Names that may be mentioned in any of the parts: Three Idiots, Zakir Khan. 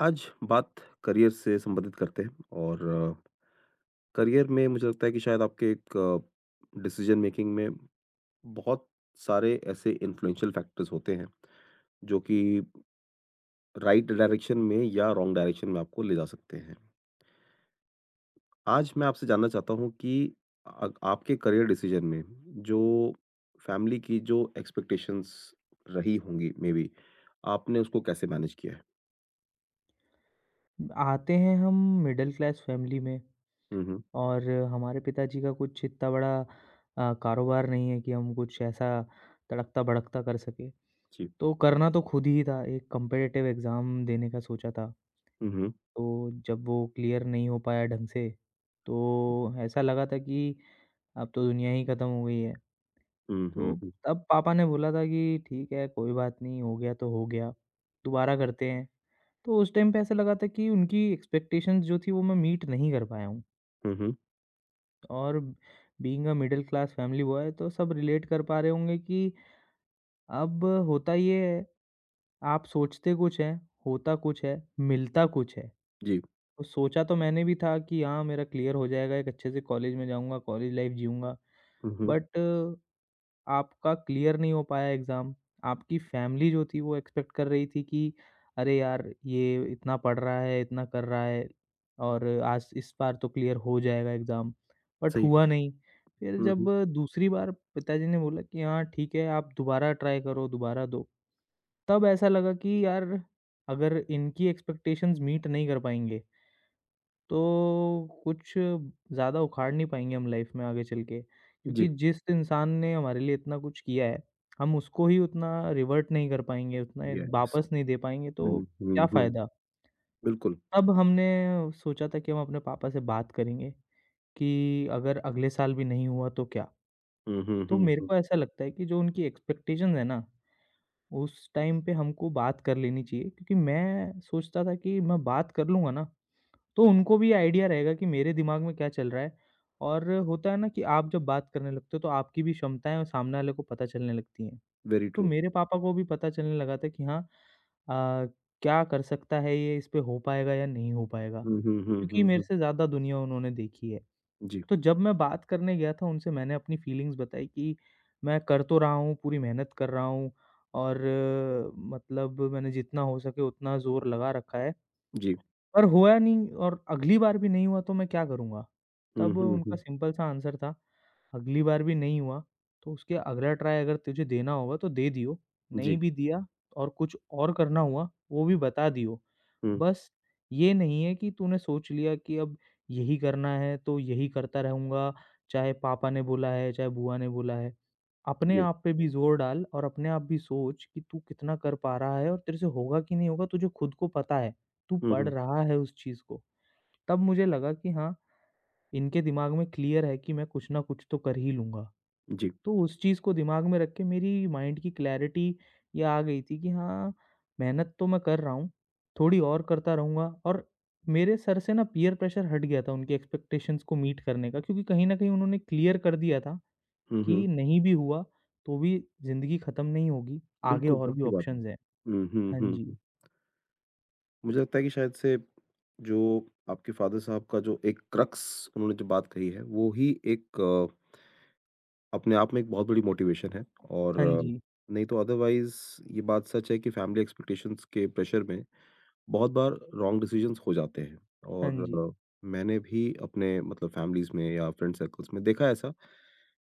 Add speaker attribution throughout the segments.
Speaker 1: आज बात करियर से संबंधित करते हैं और करियर में मुझे लगता है कि शायद आपके एक डिसीजन मेकिंग में बहुत सारे ऐसे इन्फ्लुएंशियल फैक्टर्स होते हैं जो कि राइट डायरेक्शन में या रॉन्ग डायरेक्शन में आपको ले जा सकते हैं। आज मैं आपसे जानना चाहता हूँ कि आपके करियर डिसीजन में जो फैमिली की जो एक्सपेक्टेशंस रही होंगी मे बी आपने उसको कैसे मैनेज किया है?
Speaker 2: आते हैं हम मिडिल क्लास फैमिली में।
Speaker 1: हुँ, हुँ।
Speaker 2: और हमारे पिताजी का कुछ इतना बड़ा कारोबार नहीं है कि हम कुछ ऐसा तड़कता भड़कता कर सके।
Speaker 1: जी।
Speaker 2: तो करना तो खुद ही था, एक कम्पिटिटिव एग्ज़ाम देने का सोचा था।
Speaker 1: हुँ, हुँ।
Speaker 2: तो जब वो क्लियर नहीं हो पाया ढंग से, तो ऐसा लगा था कि अब तो दुनिया ही खत्म हो गई है।
Speaker 1: हुँ,
Speaker 2: तो
Speaker 1: हुँ, हुँ।
Speaker 2: तब पापा ने बोला था कि ठीक है कोई बात नहीं, हो गया तो हो गया, दोबारा करते हैं। तो उस टाइम पे ऐसा लगा था कि उनकी एक्सपेक्टेशंस जो थी वो मैं मीट नहीं कर पाया हूँ।
Speaker 1: हुँ, हुँ।
Speaker 2: और being uh middle class family boy, तो सब रिलेट कर पा रहे होंगे कि अब होता ये है, आप सोचते कुछ है, होता कुछ है, मिलता कुछ है।
Speaker 1: जी।
Speaker 2: तो सोचा तो मैंने भी था कि हाँ, मेरा क्लियर हो जाएगा, एक अच्छे से कॉलेज में जाऊँगा, कॉलेज लाइफ जीऊँगा,
Speaker 1: हुँ, हुँ।
Speaker 2: बट आपका क्लियर नहीं हो पाया एग्ज़ाम। आपकी फैमिली जो थी वो एक्सपेक्ट कर रही थी कि अरे यार! ये इतना पढ़ रहा है, इतना कर रहा है और आज इस बार तो क्लियर हो जाएगा एग्ज़ाम, बट
Speaker 1: सही है।
Speaker 2: हुआ नहीं। फिर
Speaker 1: हुँ,
Speaker 2: जब
Speaker 1: हुँ।
Speaker 2: दूसरी बार पिताजी ने बोला कि हाँ ठीक है, आप दोबारा ट्राई करो, दोबारा दो। तब ऐसा लगा कि यार, अगर इनकी एक्सपेक्टेशंस मीट नहीं कर पाएँगे, तो कुछ ज़्यादा उखाड़ नहीं पाएँगे हम लाइफ में आगे चल के,
Speaker 1: जी।
Speaker 2: क्योंकि जिस इंसान ने हमारे लिए इतना कुछ किया है, हम उसको ही उतना रिवर्ट नहीं कर पाएँगे, उतना
Speaker 1: यस।
Speaker 2: वापस नहीं दे पाएँगे तो
Speaker 1: हुँ,
Speaker 2: क्या
Speaker 1: हुँ, हुँ।
Speaker 2: फ़ायदा?
Speaker 1: बिल्कुल।
Speaker 2: तब हमने सोचा था कि हम अपने पापा से बात करेंगे कि अगर अगले साल भी नहीं हुआ तो क्या?
Speaker 1: हुँ, हुँ,
Speaker 2: तो
Speaker 1: हुँ,
Speaker 2: मेरे
Speaker 1: हुँ।
Speaker 2: को ऐसा लगता है कि जो उनकी एक्सपेक्टेशंस है ना, उस टाइम पे हमको बात कर लेनी चाहिए, क्योंकि मैं सोचता था कि मैं बात कर लूँगा ना, तो उनको भी आइडिया रहेगा कि मेरे दिमाग में क्या चल रहा है। और होता है ना कि आप जब बात करने लगते हो, तो आपकी भी क्षमताएँ और सामने वाले को पता चलने लगती हैं।
Speaker 1: वेरी
Speaker 2: तो
Speaker 1: ट्रू।
Speaker 2: मेरे पापा को भी पता चलने लगा था कि हाँ क्या कर सकता है ये, इस पे हो पाएगा या नहीं हो पाएगा।
Speaker 1: हुँ, हुँ, हुँ,
Speaker 2: क्योंकि
Speaker 1: हुँ,
Speaker 2: मेरे
Speaker 1: हुँ।
Speaker 2: से ज़्यादा दुनिया उन्होंने देखी है।
Speaker 1: जी,
Speaker 2: तो जब मैं बात करने गया था उनसे, मैंने अपनी फीलिंग्स बताई कि मैं कर तो रहा हूँ, पूरी मेहनत कर रहा हूँ और मतलब मैंने जितना हो सके उतना ज़ोर लगा रखा है।
Speaker 1: जी।
Speaker 2: पर हुआ नहीं, और अगली बार भी नहीं हुआ तो मैं क्या करूँगा?
Speaker 1: हुँ,
Speaker 2: तब
Speaker 1: हुँ,
Speaker 2: उनका
Speaker 1: हुँ।
Speaker 2: सिंपल सा आंसर था, "अगली बार भी नहीं हुआ, तो उसके अगला ट्राई अगर तुझे देना होगा तो दे दियो,
Speaker 1: जी।
Speaker 2: नहीं भी दिया और कुछ और करना हुआ, वो भी बता दियो।
Speaker 1: हुँ,
Speaker 2: बस ये नहीं है कि तूने सोच लिया कि अब यही करना है तो यही करता रहूँगा, चाहे पापा ने बोला है, चाहे बुआ ने बोला है।" अपने
Speaker 1: जी।
Speaker 2: आप पे भी ज़ोर डाल और अपने आप भी सोच कि तू कितना कर पा रहा है और तेरे से होगा कि नहीं होगा तुझे खुद को पता है। तू
Speaker 1: हुँ,
Speaker 2: पढ़
Speaker 1: हुँ।
Speaker 2: रहा है उस चीज़ को। तब मुझे लगा कि हाँ, इनके दिमाग में क्लियर है कि मैं कुछ ना कुछ तो कर ही लूँगा।
Speaker 1: जी।
Speaker 2: तो उस चीज़ को दिमाग में रख के मेरी माइंड की क्लैरिटी ये आ गई थी कि हाँ, मेहनत तो मैं कर रहा हूँ, थोड़ी और करता रहूँगा। और मेरे सर से ना पीयर प्रेशर हट गया था उनकी एक्सपेक्टेशंस को मीट करने का, क्योंकि कहीं न कहीं उन्होंने क्लियर कर दिया था
Speaker 1: हुँ, हुँ।
Speaker 2: कि नहीं भी हुआ, तो भी ज़िंदगी खत्म नहीं होगी, आगे
Speaker 1: बिल्कुल,
Speaker 2: और
Speaker 1: बहुत
Speaker 2: भी
Speaker 1: सही बात है।
Speaker 2: ऑप्शंस हैं।
Speaker 1: हुँ, हुँ,
Speaker 2: हाँ
Speaker 1: हुँ,
Speaker 2: जी,
Speaker 1: हुँ। मुझे लगता है कि शायद से जो आपके फ़ादर साहब का जो एक क्रक्स उन्होंने जो बात कही है, वो ही एक अपने आप में एक बहुत बड़ी मोटिवेशन है और
Speaker 2: हाँ जी,
Speaker 1: नहीं तो अदरवाइज़ ये बात सच है कि फैमिली एक्सपेक्टेशंस के प्रेशर में बहुत बार रॉन्ग डिसीजंस हो जाते हैं
Speaker 2: हाँ
Speaker 1: और
Speaker 2: जी।
Speaker 1: अ, मैंने भी अपने मतलब फैमिलीज़ में या फ्रेंड सर्कल्स में देखा है ऐसा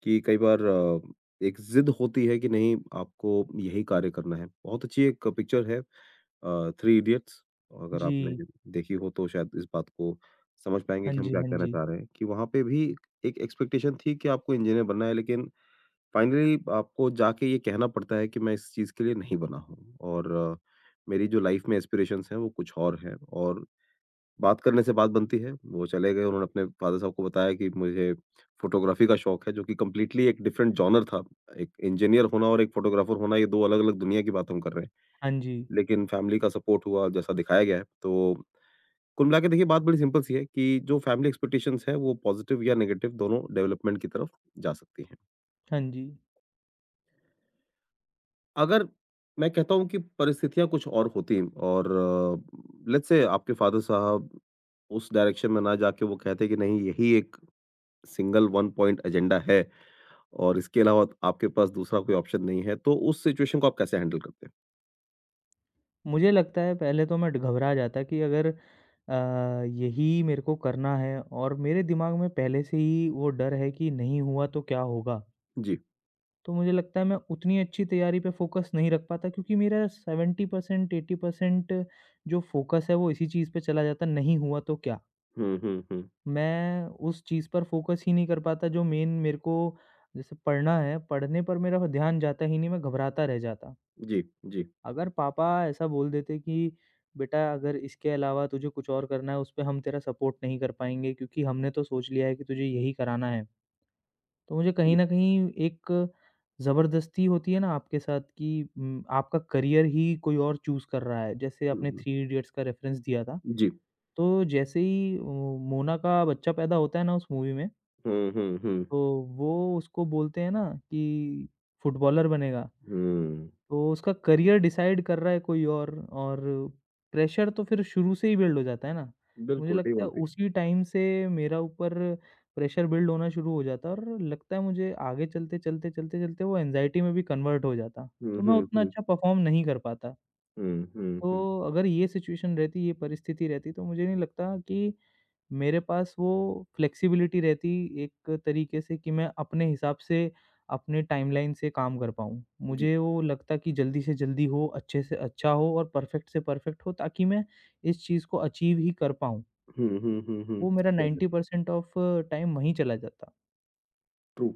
Speaker 1: कि कई बार एक ज़िद होती है कि नहीं आपको यही कार्य करना है। बहुत अच्छी एक पिक्चर है थ्री इडियट्स अगर आपने
Speaker 2: जी,
Speaker 1: देखी हो तो शायद इस बात को समझ पाएँगे
Speaker 2: हाँ
Speaker 1: कि हम
Speaker 2: जी,
Speaker 1: क्या
Speaker 2: हाँ
Speaker 1: कहना
Speaker 2: जी।
Speaker 1: चाह रहे हैं कि वहाँ पे भी एक एक्सपेक्टेशन थी कि आपको इंजीनियर बनना है लेकिन फाइनली आपको जाके ये कहना पड़ता है कि मैं इस चीज़ के लिए नहीं बना हूँ और मेरी जो लाइफ में एस्पिरेशंस हैं वो कुछ और हैं और बात करने से बात बनती है। वो चले गए उन्होंने अपने फादर साहब को बताया कि मुझे फ़ोटोग्राफ़ी का शौक है जो कि कंप्लीटली एक डिफरेंट जॉनर था। एक इंजीनियर होना और एक फ़ोटोग्राफ़र होना ये 2 अलग-अलग दुनिया की बात हम कर रहे हैं।
Speaker 2: हाँ जी,
Speaker 1: लेकिन फैमिली का सपोर्ट हुआ जैसा दिखाया गया है। तो कुल मिला के देखिए बात बड़ी सिंपल सी है कि जो फैमिली एक्सपेक्टेशंस है वो पॉज़िटिव या नेगेटिव दोनों डेवलपमेंट की तरफ जा सकती हैं।
Speaker 2: हाँ जी।
Speaker 1: अगर मैं कहता हूँ कि परिस्थितियाँ कुछ और होती और लेट्स से आपके फ़ादर साहब उस डायरेक्शन में ना जाके वो कहते कि नहीं यही एक सिंगल वन पॉइंट एजेंडा है और इसके अलावा आपके पास दूसरा कोई ऑप्शन नहीं है, तो उस सिचुएशन को आप कैसे हैंडल करते
Speaker 2: मुझे लगता है पहले तो मैं ड घबरा जाता कि अगर यही मेरे को करना है और मेरे दिमाग में पहले से ही वो डर है कि नहीं हुआ तो क्या होगा?
Speaker 1: हैं? जी।
Speaker 2: तो मुझे लगता है मैं उतनी अच्छी तैयारी पे फ़ोकस नहीं रख पाता, क्योंकि मेरा 70% 80% जो फ़ोकस है वो इसी चीज़ पे चला जाता, नहीं हुआ तो क्या?
Speaker 1: हुँ, हुँ, हुँ।
Speaker 2: मैं उस चीज़ पर फ़ोकस ही नहीं कर पाता जो मेन मेरे को, जैसे पढ़ना है, पढ़ने पर मेरा ध्यान जाता ही नहीं, मैं घबराता रह जाता।
Speaker 1: जी, जी,
Speaker 2: अगर पापा ऐसा बोल देते कि बेटा अगर इसके अलावा तुझे कुछ और करना है, उस पे हम तेरा सपोर्ट नहीं कर पाएँगे, क्योंकि हमने तो सोच लिया है कि तुझे यही कराना है। तो मुझे कहीं
Speaker 1: जी।
Speaker 2: न कहीं एक ज़बरदस्ती होती है ना आपके साथ कि आपका करियर ही कोई और चूज़ कर रहा है। जैसे
Speaker 1: हुँ,
Speaker 2: आपने
Speaker 1: हुँ।
Speaker 2: थ्री इडियट्स का रेफ़रेंस दिया था।
Speaker 1: जी।
Speaker 2: तो जैसे ही मो मोना का बच्चा पैदा होता है ना उस मूवी में,
Speaker 1: हुँ, हुँ, हुँ।
Speaker 2: तो वो उसको बोलते हैं ना कि फुटबॉलर बनेगा।
Speaker 1: हुँ।
Speaker 2: तो उसका करियर डिसाइड कर रहा है कोई और प्रेशर तो फिर शुरू से ही बिल्ड हो जाता है ना। तो मुझे
Speaker 1: बिल्कुल, डे
Speaker 2: लगता है
Speaker 1: 1 पे।
Speaker 2: उसी टाइम से मेरा ऊपर प्रेशर बिल्ड होना शुरू हो जाता है, और लगता है मुझे आगे चलते, चलते, चलते, चलते वो एंग्ज़ायटी में भी कन्वर्ट हो जाता।
Speaker 1: हुँ,
Speaker 2: तो मैं
Speaker 1: हुँ,
Speaker 2: उतना
Speaker 1: हुँ।
Speaker 2: अच्छा परफ़ॉर्म नहीं कर पाता।
Speaker 1: हुँ, हुँ, हुँ।
Speaker 2: तो अगर ये सिचुएशन रहती, ये परिस्थिति रहती, तो मुझे नहीं लगता कि मेरे पास वो फ्लेक्सिबिलिटी रहती एक तरीके से कि मैं अपने हिसाब से, अपने टाइमलाइन से काम कर पाऊँ।
Speaker 1: जी।
Speaker 2: मुझे वो लगता कि जल्दी से जल्दी हो, अच्छे से अच्छा हो और परफेक्ट से परफेक्ट हो ताकि मैं इस चीज़ को अचीव ही कर पाऊँ।
Speaker 1: हुँ, हुँ, हुँ, हुँ।
Speaker 2: वो मेरा
Speaker 1: ठीक है,
Speaker 2: 90% ऑफ टाइम वहीं चला जाता।
Speaker 1: ट्रू।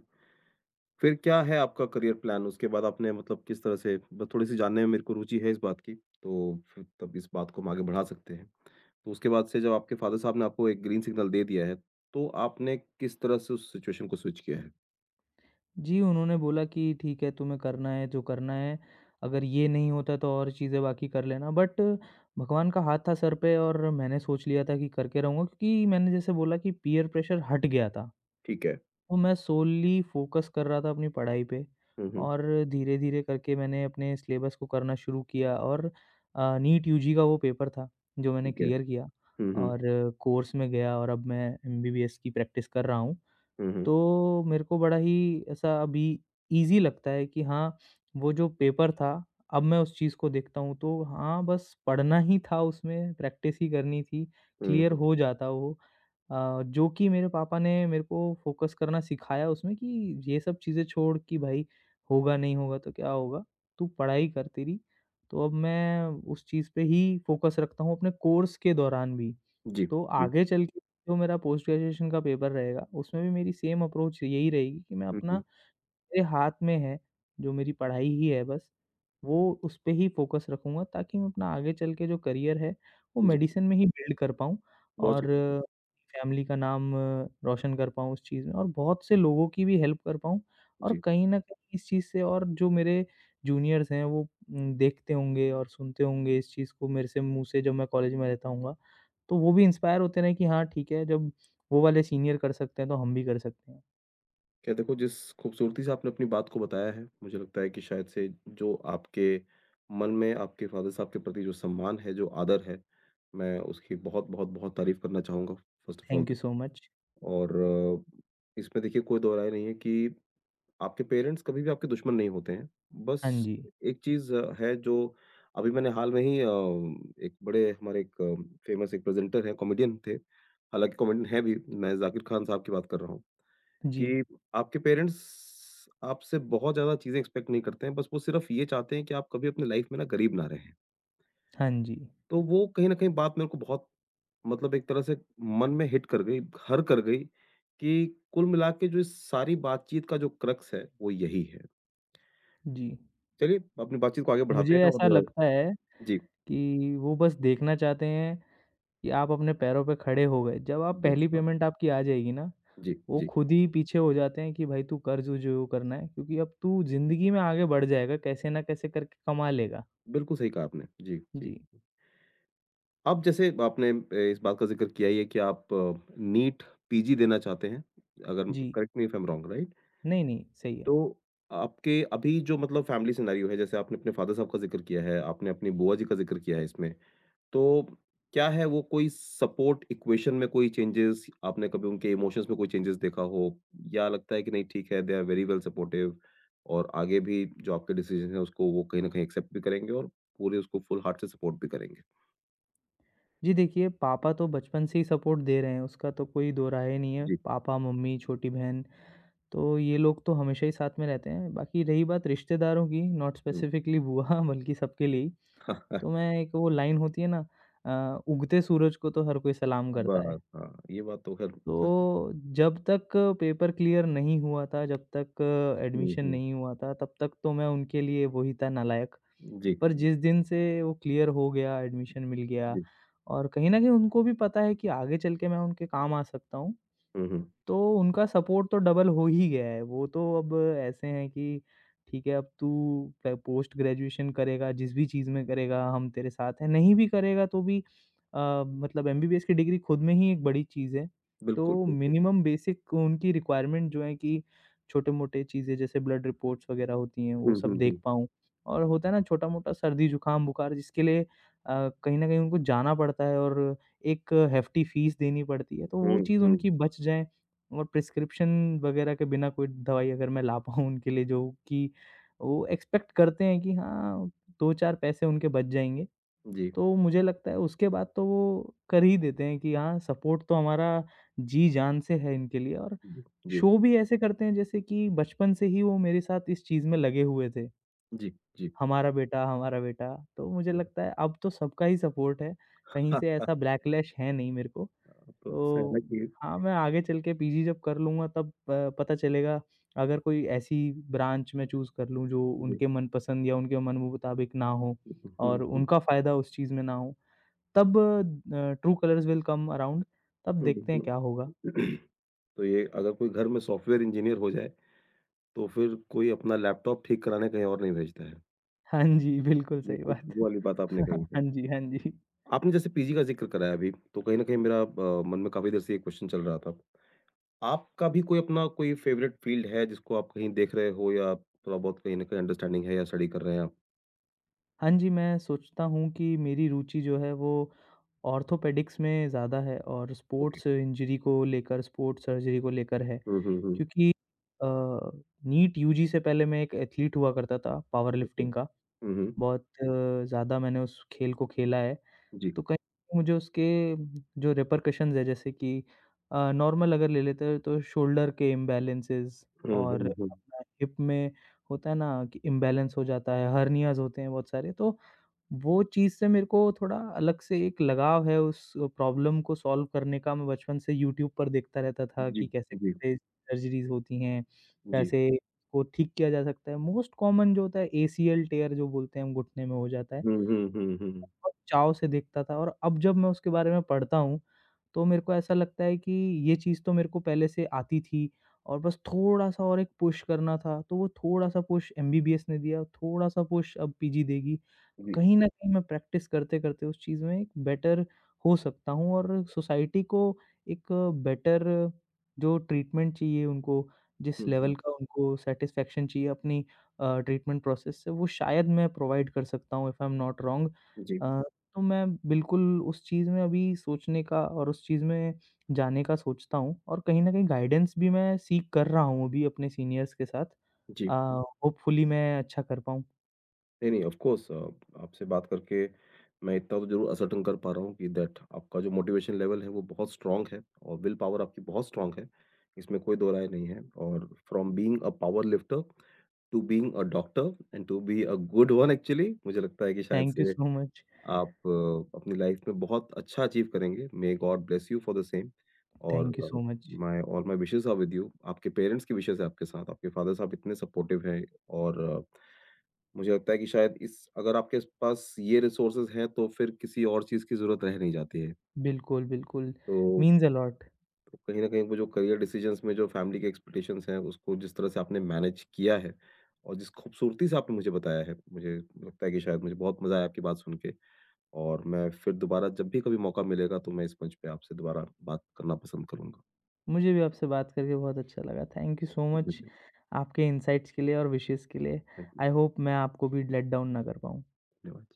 Speaker 1: फिर क्या है आपका करियर प्लान? उसके बाद आपने मतलब किस तरह से ब थोड़ी-सी जानने में मेरे को रुचि है इस बात की, तो फिर तब इस बात को हम आगे बढ़ा सकते हैं। तो उसके बाद से जब आपके फ़ादर साहब ने आपको एक ग्रीन सिग्नल दे दिया है, तो आपने किस तरह से उस सिचुएशन को स्विच किया है?
Speaker 2: जी, उन्होंने बोला कि ठीक है तुम्हें करना है जो करना है, अगर ये नहीं होता तो और चीज़ें बाकी कर लेना, बट भगवान का हाथ था सर पे और मैंने सोच लिया था कि करके रहूँगा, क्योंकि मैंने जैसे बोला कि पीयर प्रेशर हट गया था।
Speaker 1: ठीक है।
Speaker 2: तो मैं सोली फ़ोकस कर रहा था अपनी पढ़ाई पे
Speaker 1: हुँ, हुँ।
Speaker 2: और धीरे-धीरे करके मैंने अपने सिलेबस को करना शुरू किया और नीट यूजी का वो पेपर था जो मैंने
Speaker 1: ठीक है।
Speaker 2: क्लियर किया
Speaker 1: हुँ, हुँ।
Speaker 2: और कोर्स में गया और अब मैं एमबीबीएस की प्रैक्टिस कर रहा हूँ।
Speaker 1: हुँ, हुँ।
Speaker 2: तो मेरे को बड़ा ही ऐसा अभी ईज़ी लगता है कि हाँ, वो जो पेपर था, अब मैं उस चीज़ को देखता हूँ तो हाँ, बस पढ़ना ही था उसमें, प्रैक्टिस ही करनी थी,
Speaker 1: हुँ,
Speaker 2: क्लियर
Speaker 1: हुँ।
Speaker 2: हो जाता वो। जो कि मेरे पापा ने मेरे को फ़ोकस करना सिखाया उसमें कि ये सब चीज़ें छोड़ कि भाई, होगा नहीं होगा तो क्या होगा, तू पढ़ाई कर तेरी। तो अब मैं उस चीज़ पे ही फ़ोकस रखता हूँ अपने कोर्स के दौरान भी।
Speaker 1: जी,
Speaker 2: तो
Speaker 1: जी।
Speaker 2: आगे चल के जो मेरा पोस्ट ग्रेजुएशन का पेपर रहेगा, उसमें भी मेरी सेम अप्रोच यही रहेगी कि मैं
Speaker 1: हुँ,
Speaker 2: अपना,
Speaker 1: हुँ।
Speaker 2: मेरे हाथ में है, जो मेरी पढ़ाई ही है बस, वो उस पे ही फ़ोकस रखूँगा ताकि मैं अपना आगे चल के जो करियर है, वो
Speaker 1: जी,
Speaker 2: मेडिसिन में ही बिल्ड कर पाऊँ
Speaker 1: बहुत
Speaker 2: और
Speaker 1: अच्छी बात है।
Speaker 2: फैमिली का नाम रोशन कर पाऊँ उस चीज़ में और बहुत से लोगों की भी हेल्प कर पाऊँ। और
Speaker 1: जी।
Speaker 2: कहीं न कहीं इस चीज़ से और जो मेरे जूनियर्स हैं वो देखते होंगे और सुनते होंगे इस चीज़ को मेरे से मुँह से जब मैं कॉलेज में रहता हूँगा, तो वो भी इंस्पायर होते रहें कि हाँ, ठीक है जब वो वाले सीनियर कर सकते हैं, तो हम भी कर सकते हैं।
Speaker 1: क्या देखो जिस खूबसूरती से आपने अपनी बात को बताया है, मुझे लगता है कि शायद से जो आपके मन में आपके फ़ादर साहब के प्रति जो सम्मान है, जो आदर है, मैं उसकी बहुत-बहुत बहुत तारीफ़ करना चाहूँगा first of all
Speaker 2: thank you
Speaker 1: तो।
Speaker 2: So much.
Speaker 1: और इसमें देखिए कोई दो राय नहीं है कि आपके पेरेंट्स कभी भी आपके दुश्मन नहीं होते हैं। बस
Speaker 2: हाँ जी।
Speaker 1: एक चीज़ है जो अभी मैंने हाल में ही एक बड़े हमारे एक फ़ेमस एक प्रेज़ेंटर हैं, कॉमेडियन थे, हालाँकि कॉमेडियन हैं भी, मैं ज़ाकिर ख़ान साहब की बात कर रहा हूँ।
Speaker 2: जी,
Speaker 1: कि आपके पेरेंट्स आपसे बहुत ज़्यादा चीज़ें एक्सपेक्ट नहीं करते हैं, बस वो सिर्फ़ ये चाहते हैं कि आप कभी अपनी लाइफ़ में ना गरीब ना रहें।
Speaker 2: हाँ जी,
Speaker 1: तो वो कहीं न कहीं बात मेरे को बहुत मतलब एक तरह से मन में हिट कर गई, घर कर गई कि कुल मिला के जो इस सारी बातचीत का जो क्रक्स है, वो यही है।
Speaker 2: जी।
Speaker 1: चलिए अपनी बातचीत को आगे बढ़ाते
Speaker 2: मुझे
Speaker 1: हैं
Speaker 2: ऐसा
Speaker 1: और
Speaker 2: लगता है
Speaker 1: जी,
Speaker 2: कि वो बस देखना चाहते हैं कि आप अपने पैरों पे खड़े हो गए। जब आप
Speaker 1: बस
Speaker 2: पहली
Speaker 1: हाँ।
Speaker 2: पेमेंट आपकी आ जाएगी ना,
Speaker 1: जी,
Speaker 2: वो
Speaker 1: जी।
Speaker 2: खुद ही पीछे हो जाते हैं कि भाई तू कर जो जो करना है, क्योंकि अब तू ज़िंदगी में आगे बढ़ जाएगा, कैसे ना कैसे करके कमा लेगा।
Speaker 1: बिल्कुल सही कहा आपने। जी, जी।
Speaker 2: जी,
Speaker 1: अब जैसे आपने इस बात का ज़िक्र किया ही है कि आप नीट पीजी देना चाहते हैं, अगर
Speaker 2: जी।
Speaker 1: Correct me if I am wrong right?
Speaker 2: नहीं, नहीं, सही है।
Speaker 1: तो आपके अभी जो मतलब फैमिली सिनेरियो है, जैसे आपने अपने फ़ादर साहब का ज़िक्र किया है, आपने अपनी बुआ जी का ज़िक्र किया है इसमें, तो क्या है वो कोई सपोर्ट इक्वेशन में कोई चेंजेस आपने कभी उनके इमोशंस में कोई चेंजेस देखा हो? या लगता है कि नहीं ठीक है, they are very well supportive और आगे भी जो आपके डिसीज़न है उसको वो कहीं न कहीं एक्सेप्ट भी करेंगे और पूरे उसको फुल हार्ट से सपोर्ट भी करेंगे?
Speaker 2: जी देखिए, पापा तो बचपन से ही सपोर्ट दे रहे हैं, उसका तो कोई दो राय नहीं है।
Speaker 1: जी,
Speaker 2: पापा, मम्मी, छोटी बहन, तो ये लोग तो हमेशा ही साथ में रहते हैं। बाकी रही बात रिश्तेदारों की, नॉट
Speaker 1: हुँ।
Speaker 2: स्पेसिफिकली बुआ बल्कि सबके लिए ही। तो मैं, एक वो लाइन होती है ना "उगते सूरज को तो हर कोई सलाम करता है।"
Speaker 1: बस हाँ, ये बात तो ख़ैर सच है।
Speaker 2: तो जब तक पेपर क्लियर नहीं हुआ था, जब तक
Speaker 1: हुँ,
Speaker 2: एडमिशन
Speaker 1: हुँ।
Speaker 2: नहीं हुआ था, तब तक तो मैं उनके लिए वही था, नालायक।
Speaker 1: जी,
Speaker 2: पर
Speaker 1: जी,
Speaker 2: जिस दिन से वो क्लियर हो गया, एडमिशन मिल गया,
Speaker 1: जी।
Speaker 2: और कहीं न कहीं उनको भी पता है कि आगे चल के मैं उनके काम आ सकता हूँ।
Speaker 1: हुँ, हुँ।
Speaker 2: तो उनका सपोर्ट तो डबल हो ही गया है। वो तो अब ऐसे हैं कि ठीक है, अब तू प पोस्ट ग्रेजुएशन करेगा, जिस भी चीज़ में करेगा हम तेरे साथ हैं, नहीं भी करेगा तो भी मतलब एमबीबीएस की डिग्री खुद में ही एक बड़ी चीज़ है।
Speaker 1: बिल्कुल,
Speaker 2: तो
Speaker 1: बिल्कुल।
Speaker 2: मिनिमम बेसिक उनकी रिक्वायरमेंट जो है कि छोटे-मोटे चीज़ें जैसे ब्लड रिपोर्ट्स वग़ैरह होती हैं, वो
Speaker 1: हुँ,
Speaker 2: सब
Speaker 1: हुँ,
Speaker 2: देख
Speaker 1: हुँ।
Speaker 2: पाऊँ। और होता है ना छोटा-मोटा सर्दी, जुकाम-बुखार जिसके लिए कहीं न कहीं उनको जाना पड़ता है और एक हेफ़्टी फ़ीस देनी पड़ती है, तो
Speaker 1: हुँ,
Speaker 2: वो चीज़
Speaker 1: हुँ।
Speaker 2: उनकी बच जाए, और प्रिस्क्रिप्शन वगैरह के बिना कोई दवाई अगर मैं ला पाऊँ उनके लिए, जो कि वो एक्सपेक्ट करते हैं कि हाँ, 2-4 पैसे उनके बच जाएँगे,
Speaker 1: जी,
Speaker 2: तो मुझे लगता है उसके बाद तो वो कर ही देते हैं कि हाँ, सपोर्ट तो हमारा जी-जान से है इनके लिए। और
Speaker 1: जी, जी,
Speaker 2: शो भी ऐसे करते हैं जैसे कि बचपन से ही वो मेरे साथ इस चीज़ में लगे हुए थे,
Speaker 1: जी, जी।
Speaker 2: हमारा बेटा, हमारा बेटा। तो मुझे
Speaker 1: हुँ।
Speaker 2: लगता है अब तो सबका ही सपोर्ट है, कहीं से ऐसा बैकलैश है नहीं मेरे को।
Speaker 1: तो ऐसा है ना
Speaker 2: तो
Speaker 1: कि
Speaker 2: हाँ, मैं आगे चल के पीजी जब कर लूँगा तब प पता चलेगा, अगर कोई ऐसी ब्रांच मैं चूज़ कर लूँ जो
Speaker 1: जी।
Speaker 2: उनके मनपसंद या उनके मन मुताबिक ना हो और
Speaker 1: हुँ, हुँ,
Speaker 2: उनका फ़ायदा उस चीज़ में ना हो, तब true colours will come around, तब
Speaker 1: हुँ,
Speaker 2: देखते हैं
Speaker 1: हुँ।
Speaker 2: क्या होगा।
Speaker 1: तो ये अगर कोई घर में सॉफ्टवेयर इंजीनियर हो जाए, तो फिर कोई अपना लैपटॉप ठीक कराने कहीं और नहीं भेजता है।
Speaker 2: हाँ जी, बिल्कुल
Speaker 1: ये
Speaker 2: सही
Speaker 1: कुछ
Speaker 2: बात।
Speaker 1: वो वाली बात आपने कही है।
Speaker 2: हाँ जी, हाँ जी।
Speaker 1: आपने जैसे पीजी का ज़िक्र कराया अभी, तो कहीं न कहीं मेरा मन में काफ़ी देर से ये क्वेश्चन चल रहा था। आपका भी कोई अपना कोई फ़ेवरेट फ़ील्ड है जिसको आप कहीं देख रहे हो या थोड़ा-बहुत कहीं न कहीं अंडरस्टैंडिंग है या स्टडी कर रहे हैं आप?
Speaker 2: हाँ जी, मैं सोचता हूँ कि मेरी रुचि जो है वो ऑर्थोपेडिक्स में ज़्यादा है और
Speaker 1: ओके।
Speaker 2: स्पोर्ट्स इंजरी को लेकर, स्पोर्ट्स सर्जरी को लेकर है।
Speaker 1: हुँ, हुँ, हुँ।
Speaker 2: क्योंकि अ, नीट यूजी से पहले मैं एक एथलीट हुआ करता था, पावर
Speaker 1: ओके।
Speaker 2: लिफ्टिंग का।
Speaker 1: हुँ, हुँ।
Speaker 2: बहुत ज़्यादा मैंने उस खेल को खेला है।
Speaker 1: जी।
Speaker 2: तो कहीं न कहीं मुझे उसके जो रिपरकशंस है जैसे कि नॉर्मल अगर ले लेते हैं तो शोल्डर के इम्बैलेंसेस
Speaker 1: हुँ,
Speaker 2: और
Speaker 1: हुँ, हुँ।
Speaker 2: अपना हिप में होता है ना कि इम्बैलेंस हो जाता है, हर्नियाज़ होते हैं बहुत सारे, तो वो चीज़ से मेरे को थोड़ा अलग से एक लगाव है उस प्रॉब्लम को सॉल्व करने का। मैं बचपन से यूट्यूब पर देखता रहता था
Speaker 1: जी,
Speaker 2: कि
Speaker 1: जी,
Speaker 2: कैसे-कैसे सर्जरीज़ होती हैं,
Speaker 1: जी।
Speaker 2: कैसे उसको ठीक किया जा सकता है। मोस्ट कॉमन जो होता है एसीएल टियर जो बोलते हैं, हम घुटने में हो जाता है।
Speaker 1: हुँ, हुँ, हुँ, हुँ।
Speaker 2: बहुत चाव से देखता था, और अब जब मैं उसके बारे में पढ़ता हूँ, तो मेरे को ऐसा लगता है कि ये चीज़ तो मेरे को पहले से आती थी और बस थोड़ा-सा और एक पुश करना था, तो वो थोड़ा-सा पुश एमबीबीएस ने दिया, थोड़ा-सा पुश अब पीजी देगी।
Speaker 1: जी।
Speaker 2: कहीं न कहीं मैं प्रैक्टिस करते-करते उस चीज़ में एक बेटर हो सकता हूँ और सोसाइटी को एक बेटर जो ट्रीटमेंट चाहिए उनको, जिस
Speaker 1: हुँ, हुँ।
Speaker 2: लेवल का उनको सैटिस्फैक्शन चाहिए अपनी ट्रीटमेंट प्रोसेस से, वो शायद मैं प्रोवाइड कर सकता हूँ if I am not wrong.
Speaker 1: जी,
Speaker 2: अ, तो मैं बिल्कुल उस चीज़ में अभी सोचने का और उस चीज़ में जाने का सोचता हूँ और कहीं न कहीं गाइडेंस भी मैं सीक कर रहा हूँ अभी अपने सीनियर्स के साथ।
Speaker 1: जी।
Speaker 2: अ, होपफुली मैं अच्छा कर पाऊँ।
Speaker 1: नहीं, नहीं ऑफ़ कोर्स आपसे बात करके मैं इतना तो ज़रूर असर्टेन कर पा रहा हूँ कि दैट आपका जो मोटिवेशन लेवल है वो बहुत स्ट्रॉन्ग है और विल पावर आपकी बहुत स्ट्रॉन्ग है। इसमें कोई दो राय नहीं है और from being a power lifter to being a doctor and to be a good one actually मुझे लगता है कि शायद
Speaker 2: थैंक यू
Speaker 1: से
Speaker 2: सो मच।
Speaker 1: आप अपनी लाइफ में बहुत अच्छा अचीव करेंगे। May God bless you for the same और
Speaker 2: thank you so much.
Speaker 1: My all my wishes are with you. आपके पेरेंट्स की विशेज़ है आपके साथ, आपके फ़ादर साहब इतने सपोर्टिव हैं और मुझे लगता है कि शायद इस अगर आपके पास ये रिसोर्सेज़ हैं, तो फिर किसी और चीज़ की ज़रूरत रह नहीं जाती है।
Speaker 2: बिल्कुल, बिल्कुल,
Speaker 1: तो
Speaker 2: मीन्स अ लॉट।
Speaker 1: कहीं न कहीं वो जो करियर डिसीज़न्स में जो फैमिली के एक्सपेक्टेशंस हैं, उसको जिस तरह से आपने मैनेज किया है और जिस खूबसूरती से आपने मुझे बताया है, मुझे लगता है कि शायद मुझे बहुत मज़ा आया आपकी बात सुन के। और मैं फिर दोबारा जब भी कभी मौका मिलेगा तो मैं इस मंच पे आपसे दोबारा बात करना पसंद करूँगा।
Speaker 2: मुझे भी आपसे बात करके बहुत अच्छा लगा। थैंक यू सो मच
Speaker 1: धन्यवाद,
Speaker 2: आपके इनसाइट्स के लिए और विशेज़ के लिए।
Speaker 1: थैंक यू,
Speaker 2: आई होप मैं आपको भी लेट डाउन ना कर पाऊँ।
Speaker 1: धन्यवाद।